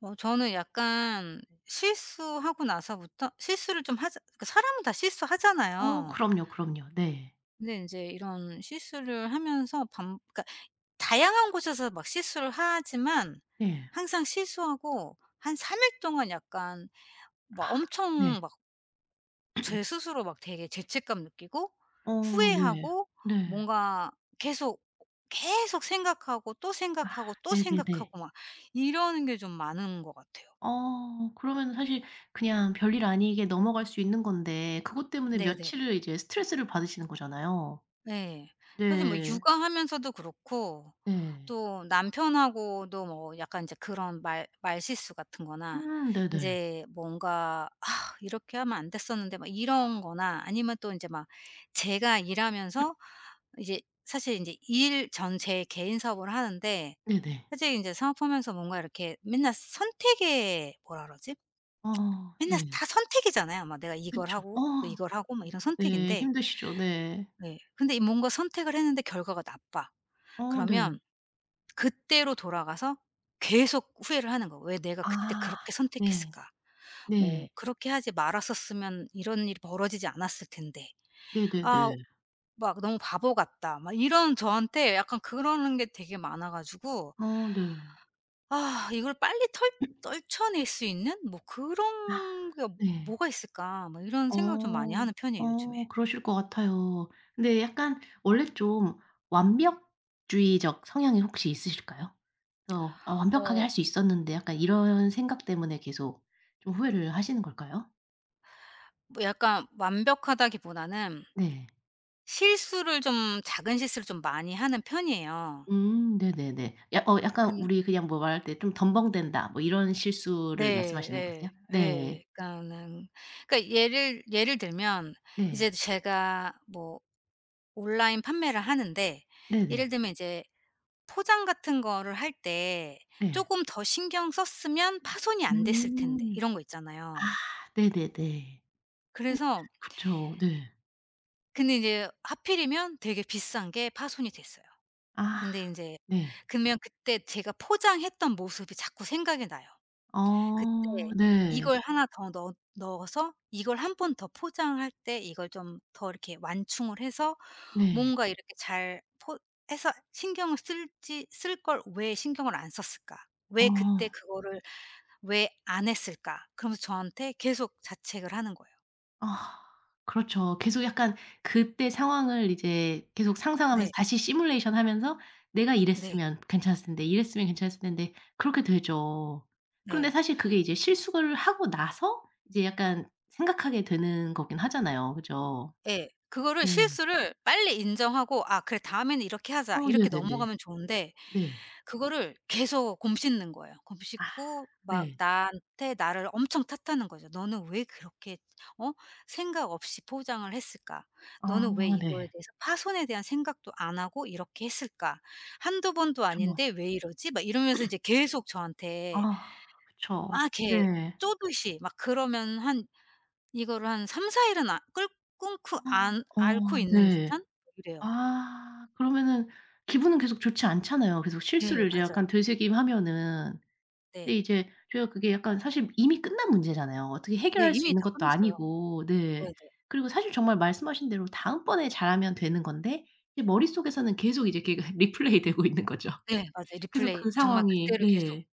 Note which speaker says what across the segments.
Speaker 1: 어 저는 약간 실수하고 나서부터 실수를 좀 하자 그러니까 사람은 다
Speaker 2: 어
Speaker 1: 실수하잖아요.
Speaker 2: 그럼요, 그럼요. 네.
Speaker 1: 근데 이제 이런 실수를 하면서 반 그러니까 다양한 곳에서 막 실수를 하지만
Speaker 2: 네.
Speaker 1: 항상 실수하고 한 3일 동안 약간
Speaker 2: 아
Speaker 1: 막
Speaker 2: 네.
Speaker 1: 엄청 막 제 스스로 막 되게 죄책감 느끼고
Speaker 2: 어 네.
Speaker 1: 후회하고
Speaker 2: 네.
Speaker 1: 뭔가 계속, 계속 생각하고 또
Speaker 2: 아
Speaker 1: 생각하고 또
Speaker 2: 네네네.
Speaker 1: 생각하고 막 이러는 게 좀 많은 것 같아요.
Speaker 2: 어 그러면은 사실 그냥 별일 아니게 넘어갈 수 있는 건데 그것 때문에
Speaker 1: 네네.
Speaker 2: 며칠을 이제 스트레스를 받으시는 거잖아요.
Speaker 1: 네. 사실 뭐
Speaker 2: 네.
Speaker 1: 육아하면서도 그렇고
Speaker 2: 네.
Speaker 1: 또 남편하고도 뭐 약간 이제 그런 말 말실수 같은 거나
Speaker 2: 네네.
Speaker 1: 인제 뭔가 '아 이렇게 하면 안 됐었는데.' 막 이런 거나 아니면 또 인제 막 제가 일하면서 이제 사실 인제 일 전 제 개인 사업을 하는데
Speaker 2: 네네.
Speaker 1: 사실 인제 사업하면서 뭔가 이렇게 맨날 선택의 뭐라 그러지?
Speaker 2: 어
Speaker 1: 맨날
Speaker 2: 네.
Speaker 1: 다 선택이잖아요. 막 내가 이걸
Speaker 2: 그쵸. 어
Speaker 1: 하고 또 이걸 하고 막
Speaker 2: 그렇죠.
Speaker 1: 이런
Speaker 2: 네.
Speaker 1: 선택인데
Speaker 2: 힘드시죠. 네.
Speaker 1: 네. 근데 이 뭔가 선택을 했는데 결과가 나빠.
Speaker 2: 어 네.
Speaker 1: 그러면 그때로 돌아가서 계속 후회를 하는 거예요. '왜 내가 그때
Speaker 2: 아
Speaker 1: 그렇게
Speaker 2: 네.
Speaker 1: 선택했을까? 뭐
Speaker 2: 네.
Speaker 1: 그렇게 하지 말았었으면 이런 일이 벌어지지 않았을 텐데.
Speaker 2: 네네네.
Speaker 1: 아 막 너무 바보 같다.' 막 이런 저한테 약간 그러는 게 되게 많아 가지고
Speaker 2: 어 네.
Speaker 1: 아 이걸 빨리 털 떨쳐낼 수 있는 뭐
Speaker 2: 아
Speaker 1: 그런 게
Speaker 2: 네.
Speaker 1: '뭐가 있을까?' 뭐 이런 생각을 좀 많이
Speaker 2: 어.
Speaker 1: 하는 편이에요 요즘에.
Speaker 2: 어 그러실 것 같아요. 근데 약간 원래 좀 완벽주의적 성향이 혹시 있으실까요? 그래서 '아 완벽하게
Speaker 1: 어
Speaker 2: 할 수 있었는데.' 약간 이런 생각 때문에 계속 좀 후회를 하시는 걸까요?
Speaker 1: 뭐 약간 완벽하다기보다는
Speaker 2: 네.
Speaker 1: 실수를 좀 작은 실수를 좀 많이 하는 편이에요.
Speaker 2: 네네네. 야 어 약간
Speaker 1: 근
Speaker 2: 우리 그냥 뭐 말할 때 좀 덤벙댄다 뭐 이런 실수를 말씀하시는
Speaker 1: 네.
Speaker 2: 거세요?
Speaker 1: 예. 예.
Speaker 2: 네.
Speaker 1: 예. 그러니까는 그러니까 예를 들면 이제
Speaker 2: 네.
Speaker 1: 제가 뭐 온라인 판매를 하는데
Speaker 2: 네네.
Speaker 1: 예를 들면 이제 포장 같은 거를 할 때
Speaker 2: 네.
Speaker 1: 쪼금 더 신경 썼으면 파손이 안 됐을 텐데
Speaker 2: 음.
Speaker 1: 이런 거
Speaker 2: 아
Speaker 1: 있잖아요.
Speaker 2: 네네네.
Speaker 1: 그래서
Speaker 2: 그쵸. 네.
Speaker 1: 근데 이제 하필이면 되게 비싼 게 파손이 됐어요.
Speaker 2: 아
Speaker 1: 근데 인제
Speaker 2: 네.
Speaker 1: 그러면 그때 제가 포장했던 모습이 자꾸 생각이 나요. 그때
Speaker 2: 어 네.
Speaker 1: 이걸 하나 더 넣 넣어서 이걸 한 번 더 포장할 때 이걸 좀 더 이렇게 완충을 해서
Speaker 2: 네.
Speaker 1: 뭔가 이렇게 잘 포 해서 신경을 쓸지 쓸 걸 왜 신경을 안 썼을까? 왜 그때
Speaker 2: 어.
Speaker 1: 그거를 왜 안 했을까? 그러면서 저한테 계속 자책을 하는 거예요.
Speaker 2: 아 그렇죠. 계속 약간 그때 상황을 이제 계속 상상하면서
Speaker 1: 네.
Speaker 2: 다시 시뮬레이션 하면서 '내가
Speaker 1: 네.
Speaker 2: 이랬으면 괜찮았을 텐데, 이랬으면 괜찮았을 텐데.' 그렇게 되죠. 그런데
Speaker 1: 네.
Speaker 2: 사실 그게 이제 실수를 하고 나서 이제 약간 생각하게 되는 거긴 하잖아요. 그죠?
Speaker 1: 예. 그거를
Speaker 2: 네.
Speaker 1: 실수를 빨리 인정하고 '아 그래 다음에는 이렇게 하자.'
Speaker 2: 어
Speaker 1: 이렇게
Speaker 2: 네네네.
Speaker 1: 넘어가면 좋은데
Speaker 2: 네.
Speaker 1: 그거를 계속 곰씹는 거예요.
Speaker 2: 아
Speaker 1: 곰씹고 막
Speaker 2: 네.
Speaker 1: 나한테 나를 엄청 탓하는 거죠. "너는 왜 그렇게 어 생각 없이 포장을 했을까?
Speaker 2: 아
Speaker 1: 너는 왜 이거에
Speaker 2: 네.
Speaker 1: 대해서 파손에 대한 생각도 안 하고 이렇게 했을까? 한두 번도
Speaker 2: 그쵸.
Speaker 1: 아닌데 왜 이러지?" 막 이러면서 이제 계속 저한테
Speaker 2: 아 그쵸.
Speaker 1: 막 이렇게
Speaker 2: 네.
Speaker 1: 쪼듯이 막 그러면 한 이거를 한 3-4 일은 아 끓 끊고 안 앓고
Speaker 2: 어
Speaker 1: 있는
Speaker 2: 네.
Speaker 1: 듯한 이래요.
Speaker 2: 아 그러면은 기분은 계속 좋지 않잖아요. 계속
Speaker 1: 예
Speaker 2: 실수를 이제
Speaker 1: 맞아요.
Speaker 2: 약간 되새김하면은. 근데
Speaker 1: 네.
Speaker 2: 이제 저희가 그게 약간 사실 이미 끝난 문제잖아요. 어떻게
Speaker 1: 네
Speaker 2: 해결할 수
Speaker 1: 이미
Speaker 2: 있는
Speaker 1: 다
Speaker 2: 것도
Speaker 1: 끝났어요.
Speaker 2: 아니고. 네.
Speaker 1: 네네.
Speaker 2: 그리고 사실 정말 말씀하신 대로 다음번에 잘하면 되는 건데 이제 머릿속에서는 계속 이제 그게 리플레이 되고 있는 거죠.
Speaker 1: 네. 맞아요.
Speaker 2: 계속
Speaker 1: 리플레이.
Speaker 2: 그
Speaker 1: 정말
Speaker 2: 상황이
Speaker 1: 그대로 계속.
Speaker 2: 네.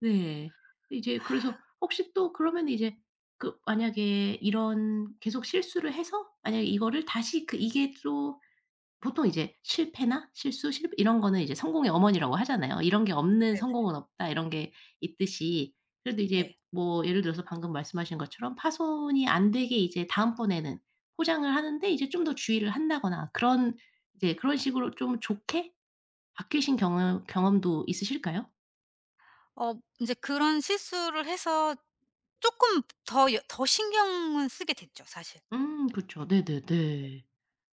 Speaker 2: 네. 이제 그래서 혹시 또 그러면 이제 그 만약에 이런 계속 실수를 해서 만약에 이거를 다시 그 이게 또 보통 이제 실패나 실수 실 이런 거는 이제 성공의 어머니라고 하잖아요. "이런 게 없는
Speaker 1: 네네.
Speaker 2: 성공은 없다." 이런 게 있듯이 그래도 이제
Speaker 1: 네.
Speaker 2: 뭐 예를 들어서 방금 말씀하신 것처럼 파손이 안 되게 이제 다음번에는 포장을 하는데 이제 좀 더 주의를 한다거나 그런 이제 그런 식으로 좀 좋게 바뀌신 경험도 있으실까요?
Speaker 1: 어 인제 그런 실수를 해서 쪼끔 더 여 더 신경은 쓰게 됐죠 사실.
Speaker 2: 그쵸. 네네네.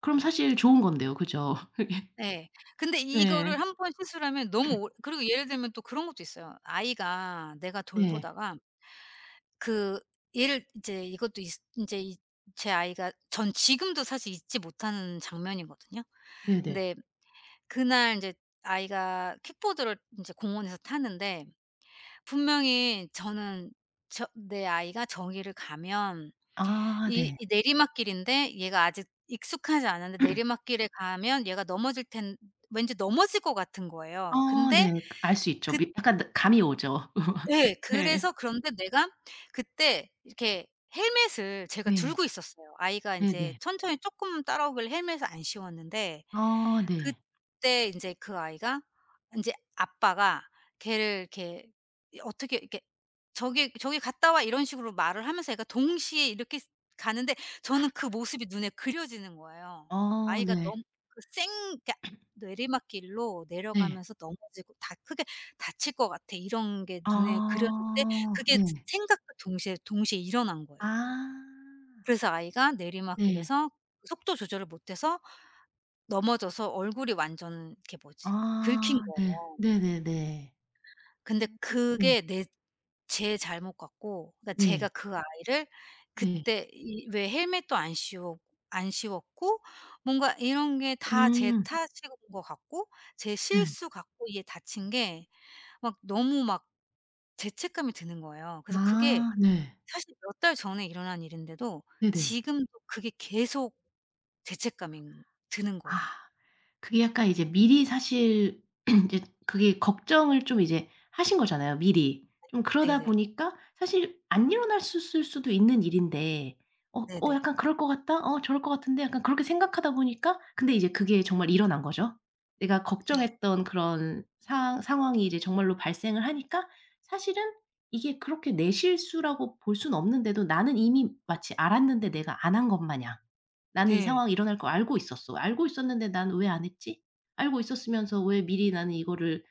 Speaker 2: 그럼
Speaker 1: 음.
Speaker 2: 사실 좋은 건데요. 그죠? 그게.
Speaker 1: 네. 근데
Speaker 2: 네.
Speaker 1: 이거를 한 번 실수를 하면 너무 오래 그리고 예를 들면 또 그런 것도 있어요. 아이가 내가
Speaker 2: 네.
Speaker 1: 돌보다가 그 얘를 이제 이것도 있 인제 이 제 아이가 전 지금도 사실 잊지 못하는 장면이거든요. 근데
Speaker 2: 네네.
Speaker 1: 그날 인제 아이가 킥보드를 인제 공원에서 타는데 분명히 저는 저 내 아이가 저기를 가면
Speaker 2: 아
Speaker 1: 이
Speaker 2: 네.
Speaker 1: 이 내리막길인데 얘가 아직 익숙하지 않은데 내리막길에 가면 얘가 넘어질 텐 왠지 넘어질 것 같은 거예요.
Speaker 2: 아
Speaker 1: 근데
Speaker 2: 네. 알 수 있죠.
Speaker 1: 그
Speaker 2: 미 약간 느 감이 오죠.
Speaker 1: 예.
Speaker 2: 네.
Speaker 1: 그래서 그런데 내가 그때 이렇게 헬멧을 제가
Speaker 2: 네.
Speaker 1: 들고 있었어요. 아이가 이제
Speaker 2: 네네.
Speaker 1: 천천히 조금 따라오길래 헬멧을 안 씌웠는데
Speaker 2: 아 네.
Speaker 1: 그때 인제 그 아이가 인제 아빠가 걔를 이렇게 어떻게 이렇게 "저기, 저기 갔다 와." 이런 식으로 말을 하면서 애가 동시에 이렇게 가는데 저는 그 모습이 눈에 그려지는 거예요.
Speaker 2: 아
Speaker 1: 아이가
Speaker 2: 네.
Speaker 1: 너무 그 쌩 그러니까 내리막길로
Speaker 2: 네.
Speaker 1: 내려가면서 넘어지고 다 크게 다칠 것 같아. 이런 게 눈에 그려졌는데
Speaker 2: 아
Speaker 1: 그게
Speaker 2: 네.
Speaker 1: 생각과 동시에 일어난
Speaker 2: 아
Speaker 1: 거예요. 그래서 아이가
Speaker 2: 네.
Speaker 1: 내리막길에서 속도 조절을 못해서 넘어져서 얼굴이 완전 이렇게 뭐지 긁힌
Speaker 2: 아 네.
Speaker 1: 거예요.
Speaker 2: 네네네.
Speaker 1: 근데
Speaker 2: 음 네.
Speaker 1: 그게 내 제 잘못 같고 그러니까
Speaker 2: 네.
Speaker 1: 제가 그 아이를
Speaker 2: 네.
Speaker 1: 그때 이 왜 헬멧도 안 씌워 안 씌웠고 뭔가 이런 게 다 제
Speaker 2: 음
Speaker 1: 탓인 것 같고 제
Speaker 2: 네.
Speaker 1: 실수 같고 이게 다친 게 막 너무 막 죄책감이 드는 거예요. 그래서 그게
Speaker 2: 아 네.
Speaker 1: 사실 몇 달 전에 일어난 일인데도
Speaker 2: 네네.
Speaker 1: 지금도 그게 계속 죄책감이 드는 거예요.
Speaker 2: 아. 그게 약간 이제 미리 사실 이제 그게 걱정을 좀 이제 하신 거잖아요 미리. 좀 그러다
Speaker 1: 네네.
Speaker 2: 보니까 사실 안 일어났있을 수도 있는 일인데 어 어
Speaker 1: 네네.
Speaker 2: 약간 '그럴 것 같다. 어 저럴 것 같은데.' 약간 그렇게 생각하다 보니까 근데 이제 그게 정말 일어난 거죠. 내가
Speaker 1: 네.
Speaker 2: 걱정했던 그런 상 상황이 이제 정말로 발생을 하니까 사실은 이게 그렇게 내 실수라고 볼 수는 없는데도 나는 이미 마치 알았는데 내가 안 한 것 마냥 나는 이
Speaker 1: 네.
Speaker 2: 상황이 일어날 걸 알고 있었어. 알고 있었는데 '난 왜 안 했지? 알고 있었으면서 왜 미리 나는 이거를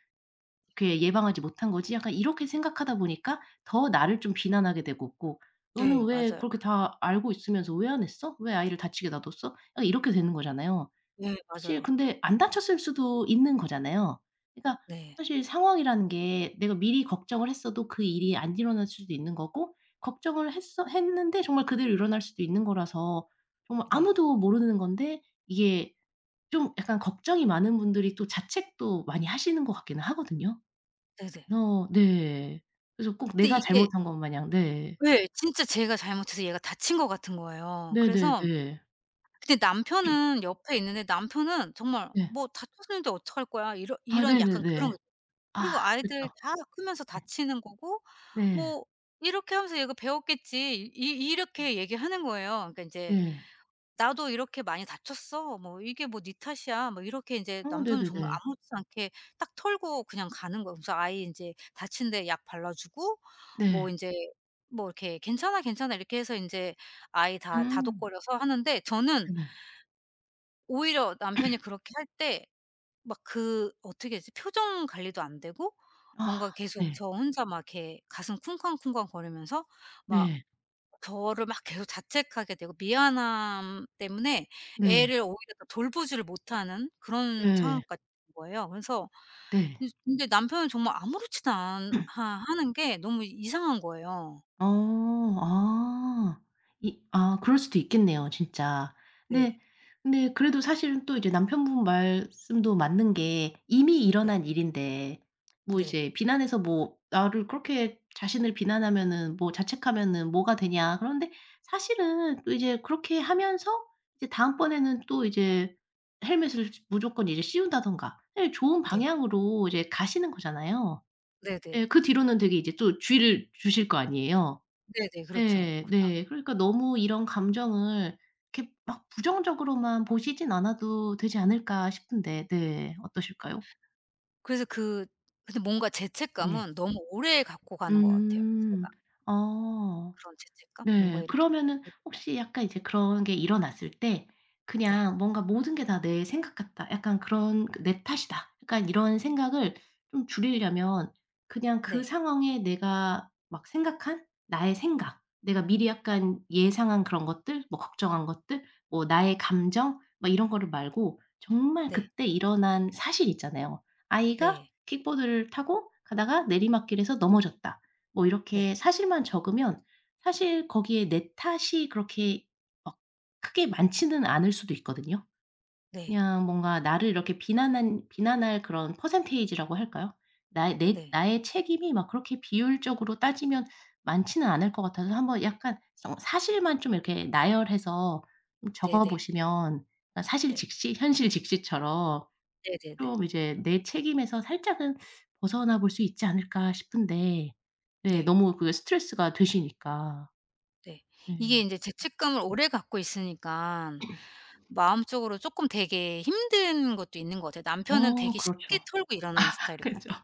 Speaker 2: 이렇게 예방하지 못한 거지?' 약간 이렇게 생각하다 보니까 더 나를 좀 비난하게 되고 있고
Speaker 1: 네.
Speaker 2: '너는 왜
Speaker 1: 맞아요.
Speaker 2: 그렇게 다 알고 있으면서 왜 안 했어? 왜 아이를 다치게 놔뒀어?' 약간 이렇게 되는 거잖아요.
Speaker 1: 네.
Speaker 2: 사실
Speaker 1: 맞아요.
Speaker 2: 근데 안 다쳤을 수도 있는 거잖아요. 그러니까
Speaker 1: 네.
Speaker 2: 사실 상황이라는 게 내가 미리 걱정을 했어도 그 일이 안 일어날 수도 있는 거고 걱정을 했어 했는데 정말 그대로 일어날 수도 있는 거라서 정말
Speaker 1: 네.
Speaker 2: 아무도 모르는 건데 이게 좀 약간 걱정이 많은 분들이 또 자책도 많이 하시는 것 같기는 하거든요.
Speaker 1: 네네.
Speaker 2: 어 네. 그래서 꼭
Speaker 1: 근데
Speaker 2: 내가
Speaker 1: 이게
Speaker 2: 잘못한 것 마냥 네.
Speaker 1: 예. 진짜 제가 잘못해서 얘가 다친 것 같은 거예요. 그래서
Speaker 2: 네네네.
Speaker 1: 근데 남편은 옆에 있는데 남편은 정말
Speaker 2: 네.
Speaker 1: "뭐 다쳤는데 어떡할 거야." 이런
Speaker 2: 아
Speaker 1: 이런 약간 그런
Speaker 2: 네네네.
Speaker 1: 거
Speaker 2: 아
Speaker 1: 그리고
Speaker 2: 그쵸.
Speaker 1: 아이들 다 크면서
Speaker 2: 네.
Speaker 1: 다치는 거고
Speaker 2: 네.
Speaker 1: 뭐 "이렇게 하면서 얘가 배웠겠지." 이 이렇게 얘기하는 거예요. 그러니까 인제
Speaker 2: 네.
Speaker 1: "나도 이렇게 많이 다쳤어. 뭐 이게 뭐 네 탓이야." 뭐 이렇게 이제
Speaker 2: 어
Speaker 1: 남편은 정말
Speaker 2: 네네네.
Speaker 1: 아무렇지 않게 딱 털고 그냥 가는 거예요. 그래서 아이 인제 다친 데 약 발라 주고 뭐
Speaker 2: 네.
Speaker 1: 인제 뭐 이렇게 "괜찮아, 괜찮아." 이렇게 해서 인제 아이 다
Speaker 2: 음.
Speaker 1: 다독거려서 하는데 저는
Speaker 2: 네네.
Speaker 1: 오히려 남편이 그렇게 할 때 막 그 어떻게 해야 되지? 표정 관리도 안 되고
Speaker 2: 아.
Speaker 1: 뭔가 계속
Speaker 2: 네.
Speaker 1: 저 혼자 막 이렇게 가슴 쿵쾅쿵쾅 거리면서 막
Speaker 2: 네.
Speaker 1: 저를 막 계속 자책하게 되고 미안함 때문에
Speaker 2: 네.
Speaker 1: 애를 오히려 더 돌보지를 못하는 그런
Speaker 2: 네.
Speaker 1: 상황까지 된 거예요. 그래서
Speaker 2: 네.
Speaker 1: 이 근데 남편은 정말 아무렇지도 않
Speaker 2: 네.
Speaker 1: 하 하는 게 너무 이상한 거예요.
Speaker 2: 어. 아. 이 아 그럴 수도 있겠네요 진짜.
Speaker 1: 네.
Speaker 2: 근데 근데 그래도 사실은 또 이제 남편분 말씀도 맞는 게 이미
Speaker 1: 네.
Speaker 2: 일어난 일인데 뭐
Speaker 1: 네.
Speaker 2: 이제 비난해서 뭐 나를 그렇게 자신을 비난하면은 뭐 자책하면은 뭐가 되냐. 그런데 사실은 또 이제 그렇게 하면서 이제 다음번에는 또 이제 헬멧을 무조건 이제 씌운다든가 예 좋은
Speaker 1: 네.
Speaker 2: 방향으로 이제 가시는 거잖아요.
Speaker 1: 네네.
Speaker 2: 예 그 뒤로는 되게 이제 또 주의를 주실 거 아니에요.
Speaker 1: 네네. 그렇죠.
Speaker 2: 네.
Speaker 1: 그
Speaker 2: 네. 그러니까 너무 이런 감정을 이렇게 막 부정적으로만 보시진 않아도 되지 않을까 싶은데 네 어떠실까요?
Speaker 1: 그래서 그 근데 뭔가
Speaker 2: 네.
Speaker 1: 죄책감은 너무 오래 갖고 가는 것 같아요,
Speaker 2: 음.
Speaker 1: 제가.
Speaker 2: 어.
Speaker 1: 그런 죄책감? 뭔가
Speaker 2: 네.
Speaker 1: 이렇게
Speaker 2: 그러면은
Speaker 1: 네.
Speaker 2: 혹시 약간 이제 그런 게 일어났을 때
Speaker 1: 네.
Speaker 2: 그냥 뭔가 '모든 게 다 내 생각 같다. 약간 그런 그 내 탓이다.' 약간 이런 생각을 좀 줄이려면 그냥 그
Speaker 1: 네.
Speaker 2: 상황에 내가 막 생각한 나의 생각, 내가 미리 약간 예상한 그런 것들, 뭐 걱정한 것들, 뭐 나의 감정 막 이런 거를 말고 정말 그때 일어난 사실 있잖아요. '아이가
Speaker 1: 네.
Speaker 2: 킥보드를 타고 가다가 내리막길에서 넘어졌다.' 뭐
Speaker 1: 네.
Speaker 2: 이렇게 사실만 적으면 사실 거기에 내 탓이 그렇게 막 크게 많지는 않을 수도 있거든요.
Speaker 1: 네.
Speaker 2: 그냥 뭔가 나를 이렇게 비난한 비난할 그런 퍼센테이지라고 할까요? 나의 내
Speaker 1: 네.
Speaker 2: 나의 책임이 막 그렇게 비율적으로 따지면 많지는 않을 것 같아서 한번 약간 성 사실만 좀 이렇게 나열해서 적어
Speaker 1: 네네.
Speaker 2: 보시면 그러니까 사실
Speaker 1: 네.
Speaker 2: 직시, 현실 직시처럼
Speaker 1: 네네네.
Speaker 2: 좀 이제 내 책임에서 살짝은 벗어나 볼 수 있지 않을까 싶은데 네
Speaker 1: 네.
Speaker 2: 너무 그게 스트레스가 되시니까.
Speaker 1: 네. 이게
Speaker 2: 네.
Speaker 1: 인제 죄책감을 오래 갖고 있으니깐 마음적으로 쪼끔 되게 힘든 것도 있는 것 같아요. 남편은
Speaker 2: 어
Speaker 1: 되게 쉽게
Speaker 2: 그렇죠.
Speaker 1: 털고 일어나는
Speaker 2: 그죠.
Speaker 1: 스타일이거든요.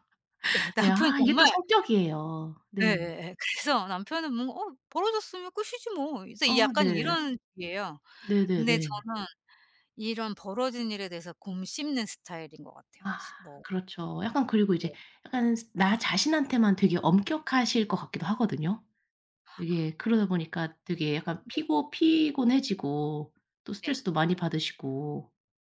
Speaker 2: 네.
Speaker 1: 남편이
Speaker 2: 아 이게 또
Speaker 1: 정말
Speaker 2: 성격이에요. 네.
Speaker 1: 예예예. 그래서 남편은 뭔가 '어 벌어졌으면 끝이지 뭐.' 이
Speaker 2: 어
Speaker 1: 이 약간
Speaker 2: 네.
Speaker 1: 이런 주의예요. 근데
Speaker 2: 네네네.
Speaker 1: 저는 이런 벌어진 일에 대해서 곰씹는 스타일인 것 같아요.
Speaker 2: 아
Speaker 1: 시 뭐
Speaker 2: 그렇죠. 약간 그리고 이제
Speaker 1: 뭐
Speaker 2: 약간 스 나 자신한테만 되게 엄격하실 것 같기도 하거든요. 이게 그러다 보니까 되게 약간 피고 피곤해지고 또
Speaker 1: 네.
Speaker 2: 스트레스도 많이 받으시고.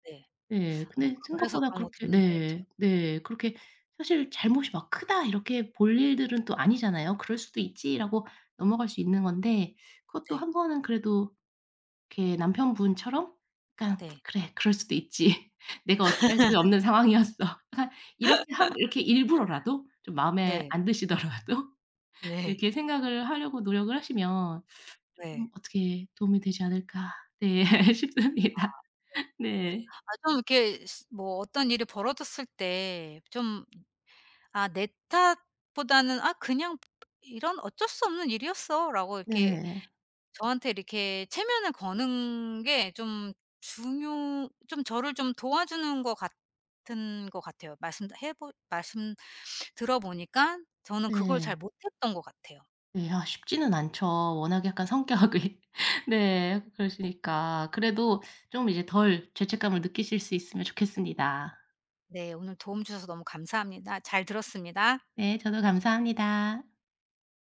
Speaker 1: 네.
Speaker 2: 네.
Speaker 1: 아마
Speaker 2: 근데
Speaker 1: 그래서
Speaker 2: 생각보다
Speaker 1: 그런 것도
Speaker 2: 그렇게
Speaker 1: 있는 것
Speaker 2: 네.
Speaker 1: 같아요.
Speaker 2: 네. 그렇게 사실 '잘못이 막 크다.' 이렇게 볼 일들은 또 아니잖아요. '그럴 수도 있지.'라고 넘어갈 수 있는 건데 그것도
Speaker 1: 네.
Speaker 2: 한 번은 그래도 이렇게 남편분처럼 약간
Speaker 1: 네.
Speaker 2: '그래 그럴 수도 있지. 내가 어찌할 수 없는 상황이었어.' 약간 이렇게 함 이렇게 일부러라도 좀 마음에
Speaker 1: 네.
Speaker 2: 안 드시더라도
Speaker 1: 네.
Speaker 2: 이렇게 생각을 하려고 노력을 하시면 쪼끔
Speaker 1: 네.
Speaker 2: 어떻게 도움이 되지 않을까 네 싶습니다. 네.
Speaker 1: 아 좀 이렇게 스 뭐 어떤 일이 벌어졌을 때 좀 아 내 탓보다는 '아 그냥 이런 어쩔 수 없는 일이었어.'라고 이렇게
Speaker 2: 네.
Speaker 1: 저한테 이렇게 체면을 거는 게 좀 중요 좀 저를 좀 도와주는 것 같은 것 같아요. 말씀 해 보 말씀 들어 보니까 저는 그걸
Speaker 2: 네.
Speaker 1: 잘 못했던 것 같아요.
Speaker 2: 네. 아 쉽지는 않죠. 워낙에 약간 성격이 네 그러시니까. 그래도 좀 이제 덜 죄책감을 느끼실 수 있으면 좋겠습니다.
Speaker 1: 네. 오늘 도움 주셔서 너무 감사합니다. 잘 들었습니다.
Speaker 2: 네 저도 감사합니다.